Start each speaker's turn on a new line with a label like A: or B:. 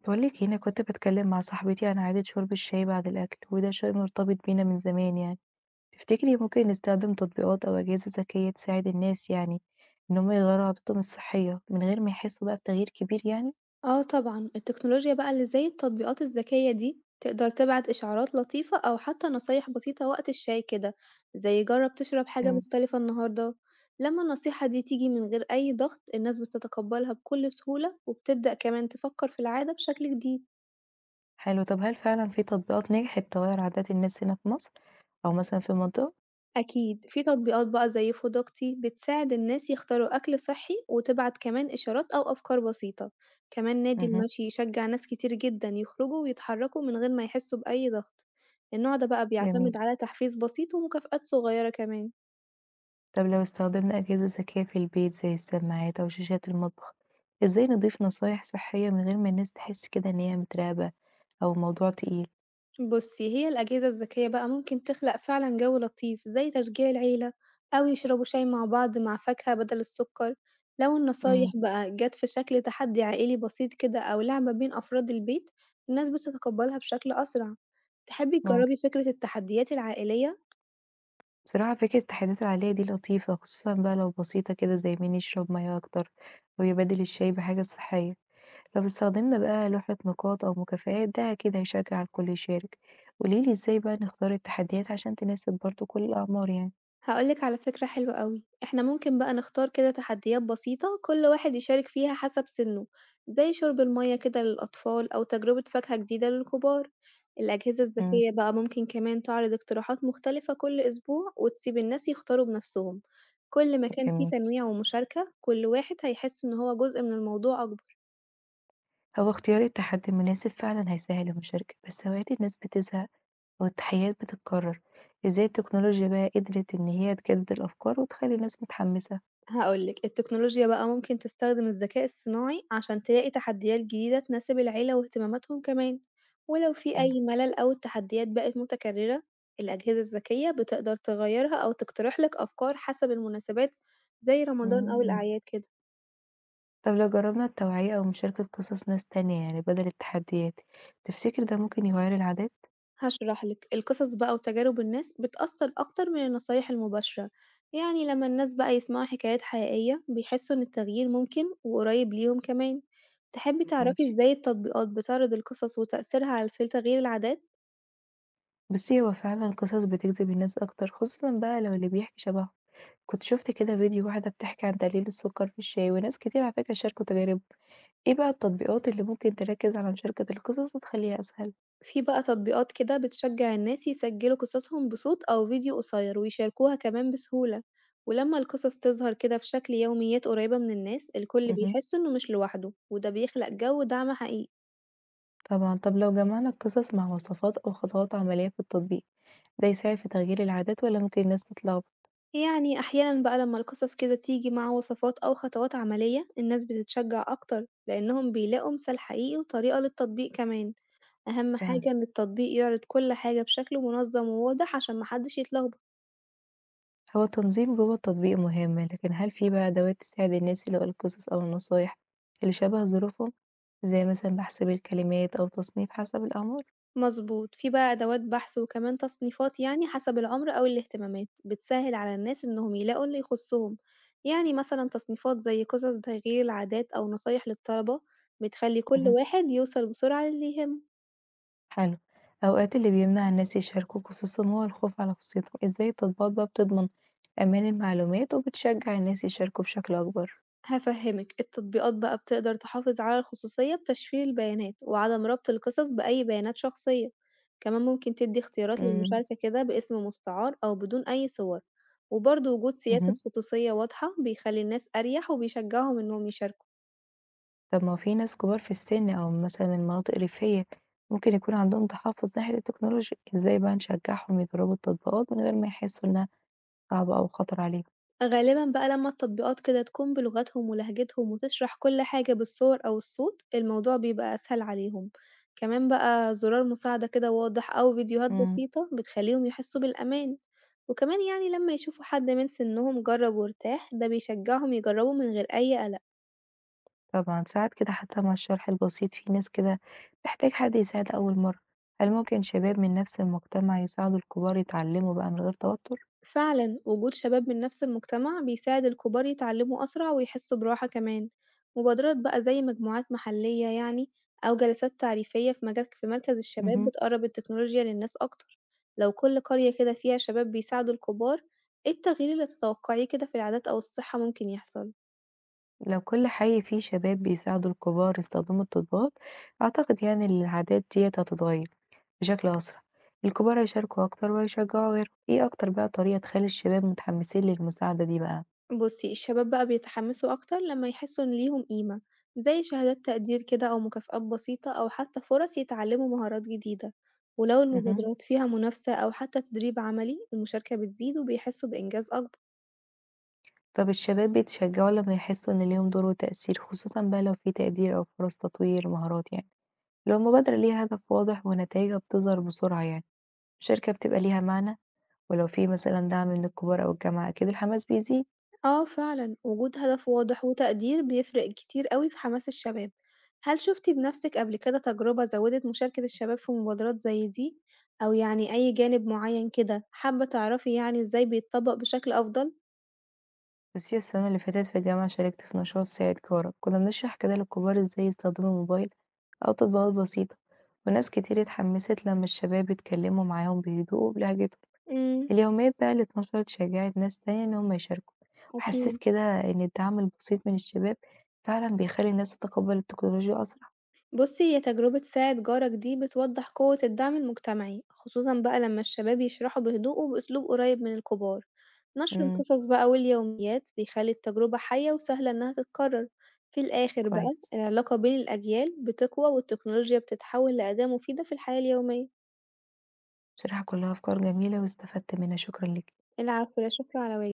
A: باقولك هنا كنت باتكلم مع صاحبتي عن عادة شرب الشاي بعد الأكل وده شيء مرتبط بينا من زمان يعني. تفتكري ممكن نستخدم تطبيقات أو أجهزة ذكية تساعد الناس يعني إن هم يغيروا عاداتهم الصحية من غير ما يحسوا بقى بتغيير كبير يعني؟
B: آه طبعًا، التكنولوجيا بقى اللي زي التطبيقات الذكية دي تقدر تبعت إشعارات لطيفة أو حتى نصايح بسيطة وقت الشاي كده، زي جرب تشرب حاجة
A: إمم،
B: مختلفة النهاردة. لما النصيحة دي تيجي من غير أي ضغط الناس بتتقبلها بكل سهولة، وبتبدأ كمان تفكر في العادة بشكل جديد.
A: حلو. طب هل فعلا في تطبيقات نجحت تغير عادات الناس هنا في مصر أو مثلا في المنطقة؟
B: أكيد في تطبيقات بقى زي فودوكتي بتساعد الناس يختاروا أكل صحي وتبعت كمان إشارات أو أفكار بسيطة، كمان نادي
A: اهم،
B: المشي يشجع ناس كتير جدا يخرجوا ويتحركوا من غير ما يحسوا بأي ضغط. النوع ده بقى
A: جميل.
B: بيعتمد على تحفيز بسيط ومكافآت صغيرة كمان.
A: طب لو استخدمنا أجهزة ذكية في البيت زي السماعات أو شاشات المطبخ، إزاي نضيف نصايح صحية من غير ما الناس تحس كده إن هي متراقبة أو الموضوع تقيل؟
B: بُصّي، هي الأجهزة الذكية بقى ممكن تخلق فعلًا جو لطيف، زي تشجيع العيلة أو يشربوا شاي مع بعض مع فاكهة بدل السكر. لو النصايح
A: إمم.
B: بقى جات في شكل تحدي عائلي بسيط كده أو لعبة بين أفراد البيت، الناس بتتقبلها بشكل أسرع. تحبي
A: ممكن.
B: تجربي فكرة التحديات العائلية؟
A: بصراحة فكرة التحديات العائلية دي لطيفة، خصوصًا بقى لو بسيطة كده زي مين يشرب مَيّة أكتر، أو يبادل الشاي بحاجة صحية. لو استخدمنا بقى لوحة نقاط أو مكافآت ده أكيد هيشجع الكل يشارك. قولي لي إزاي بقى نختار التحديات عشان تناسب برضه كل الأعمار يعني؟
B: هاقول لك على فكرة حلوة أوي، إحنا ممكن بقى نختار كده تحديات بسيطة كل واحد يشارك فيها حسب سنه، زي شرب المَيَّة كده للأطفال أو تجربة فاكهة جديدة للكبار. الأجهزة
A: إمم،
B: الذكية بقى ممكن كمان تعرض اقتراحات مختلفة كل أسبوع وتسيب الناس يختاروا بنفسهم. كل ما كان فيه
A: جميل.
B: تنويع ومشاركة، كل واحد هيحس إن هو جزء من الموضوع أكبر.
A: هو اختيار التحدي المناسب فعلًا هيسهّل المشاركة، بس أوقات الناس بتزهق أو التحديات بتتكرر. إزاي التكنولوجيا بقى قدرت إن هي تجدد الأفكار وتخلّي الناس متحمسة؟
B: هاقول لِك، التكنولوجيا بقى ممكن تستخدم الذكاء الصناعي عشان تلاقي تحديات جديدة تناسب العيلة واهتماماتهم كمان. ولو في
A: حلو.
B: أي ملل أو التحديات بقت متكررة، الأجهزة الذكية بتقدر تغيرها أو تقترح لك أفكار حسب المناسبات، زي رمضان أو
A: إمم.
B: الأعياد كده.
A: طب لو جربنا التوعية أو مشاركة قصص ناس تانية يعني بدل التحديات، تفتكر ده ممكن يغير العادات؟
B: هاشرح لك القصص بقى وتجارب الناس بتأثر أكتر من النصايح المباشرة. يعني لما الناس بقى يسمعوا حكايات حقيقية بيحسوا إن التغيير ممكن وقريب ليهم كمان. تحبي تعرفي
A: ماشي،
B: إزاي التطبيقات بتعرض القصص وتأثيرها على في تغيير العادات؟
A: بصي هو فعلا القصص بتجذب الناس أكتر خصوصا بقى لو اللي بيحكي شبههم. كنت شفت كده فيديو واحدة بتحكي عن تقليل السكر في الشاي وناس كتير على فكرة شاركوا تجاربهم. ايه بقى التطبيقات اللي ممكن تركز على مشاركة القصص وتخليها أسهل؟
B: في بقى تطبيقات كده بتشجع الناس يسجلوا قصصهم بصوت أو فيديو قصير ويشاركوها كمان بسهولة. ولما القصص تظهر كده في شكل يوميات قريبة من الناس، الكل
A: مهم.
B: بيحس إنه مش لوحده، وده بيخلق جو دعم حقيقي.
A: طبعا. طب لو جمعنا القصص مع وصفات أو خطوات عملية في التطبيق، ده يساعد في تغيير العادات ولا ممكن الناس تتلخبط
B: يعني أحيانًا بقى لمّا القصص كده تيجي مع وصفات أو خطوات عملية، الناس بتتشجع أكتر لإنهم بيلاقوا مثال حقيقي وطريقة للتطبيق كمان. أهم
A: فعلا؟
B: حاجة إن التطبيق يعرض كل حاجة بشكل منظم وواضح عشان محدش يتلخبط.
A: هو التنظيم جوّه التطبيق مهم، لكن هل في بقى أدوات تساعد الناس يلاقوا القصص أو النصايح اللي شبه ظروفهم، زي مثلًا بحث بالكلمات أو تصنيف حسب الأعمار؟
B: مظبوط، في بقى أدوات بحث وكمان تصنيفات يعني حسب العمر أو الاهتمامات، بتسهل على الناس إنهم يلاقوا اللي يخصهم. يعني مثلًا تصنيفات زي قصص تغيير العادات أو نصايح للطلبة، بتخلي كل
A: اهم،
B: واحد يوصل بسرعة للي يهمه.
A: حلو. أوقات اللي بيمنع الناس يشاركوا قصصهم هو الخوف على خصوصيتهم. إزاي التطبيقات بقى بتضمن أمان المعلومات وبتشجع الناس يشاركوا بشكل أكبر؟
B: هافهمِك، التطبيقات بقى بتقدر تحافظ على الخصوصية بتشفير البيانات وعدم ربط القصص بأي بيانات شخصية. كمان ممكن تدي اختيارات
A: إمم،
B: للمشاركة كده باسم مستعار أو بدون أي صور. وبرضه وجود سياسة
A: اهم.
B: خصوصية واضحة بيخلي الناس أريح وبيشجعهم إنهم يشاركوا.
A: طب ما هو في ناس كبار في السن أو مثلًا من مناطق ريفية ممكن يكون عندهم تحفظ ناحية التكنولوجيا، إزاي بقى نشجعهم يجربوا التطبيقات من غير ما يحسوا إنها صعبة أو خطر عليهم؟
B: غالبًا بقى لمّا التطبيقات كده تكون بلغتهم ولهجتهم وتشرح كل حاجة بالصور أو الصوت، الموضوع بيبقى أسهل عليهم. كمان بقى زرار مساعدة كده واضح أو فيديوهات
A: إمم،
B: بسيطة بتخليهم يحسوا بالأمان. وكمان يعني لما يشوفوا حد من سنهم جرب وارتاح، ده بيشجعهم يجربوا من غير أي قلق.
A: طبعًا. ساعات كده حتى مع الشرح البسيط في ناس كده بتحتاج حد يساعد أول مرة. هل ممكن شباب من نفس المجتمع يساعدوا الكبار يتعلموا بقى من غير توتر؟
B: فعلًا، وجود شباب من نفس المجتمع بيساعد الكبار يتعلموا أسرع ويحسوا براحة كمان. مبادرات بقى زي مجموعات محلية يعني، أو جلسات تعريفية في مركز الشباب،
A: اهم.
B: بتقرب التكنولوجيا للناس أكتر. لو كل قرية كده فيها شباب بيساعدوا الكبار، إيه التغيير اللي تتوقعيه كده في العادات أو الصحة ممكن يحصل؟
A: لو كل حي فيه شباب بيساعدوا الكبار يستخدموا التطبيقات، أعتقد يعني إن العادات ديّة هتتغير بشكل أسرع. الكبار هيشاركوا أكتر وهيشجعوا غيرهم. إيه أكتر بقى طريقة تخلي الشباب متحمسين للمساعدة دي بقى؟
B: بُصّي، الشباب بقى بيتحمّسوا أكتر لمّا يحسّوا إن ليهم قيمة، زي شهادات تقدير كده أو مكافآت بسيطة أو حتى فرص يتعلّموا مهارات جديدة. ولو
A: اهم.
B: المبادرات فيها منافسة أو حتى تدريب عملي، المشاركة بتزيد وبيحسّوا بإنجاز أكبر.
A: طب الشباب بيتشجعوا لما يحسوا إن ليهم دور وتأثير، خصوصًا بقى لو في تقدير أو فرص تطوير مهارات يعني؟ لو المبادرة ليها هدف واضح ونتايجها بتظهر بسرعة يعني الشركة بتبقى ليها معنى، ولو في مثلا دعم من الكبار أو الجامعة أكيد الحماس بيزيد.
B: آه فعلًا، وجود هدف واضح وتقدير بيفرق كتير أوي في حماس الشباب. هل شُفتِ بنفسِك قبل كده تجربة زوّدت مشاركة الشباب في مبادرات زي دي؟ أو يعني أي جانب معيّن كده حابة تعرفي يعني إزاي بيتطبّق بشكل أفضل؟
A: بس هي السنة اللي فاتت في الجامعة شاركت في نشاط ساعد جارك، كنا بنشرح كده للكبار ازاي يستخدموا الموبايل أو تطبيقات بسيطة، وناس كتير اتحمست لما الشباب اتكلموا معاهم بهدوء وبلهجتهم.
B: إمم،
A: اليوميات بقى اللي اتنشرت شجعت ناس تانية إن هم يشاركوا، وحسيت
B: أكيد.
A: كده إن الدعم البسيط من الشباب فعلا بيخلي الناس تتقبل التكنولوجيا أسرع.
B: بُصّي، هي تجربة ساعد جارك دي بتوضّح قوة الدعم المجتمعي، خصوصًا بقى لمّا الشباب يشرحوا بهدوء وبأسلوب قريب من الكبار. نشر
A: مم.
B: القصص بقى واليوميات بيخلّي التجربة حية وسهلة إنها تتكرر. في الآخر بقى،
A: كويس.
B: العلاقة بين الأجيال بتقوى والتكنولوجيا بتتحول لأداة مفيدة في الحياة اليومية.
A: بصراحة كلّها أفكار جميلة واستفدت منها، شكرًا ليكِ.
B: العفو، لا شكر على واجب.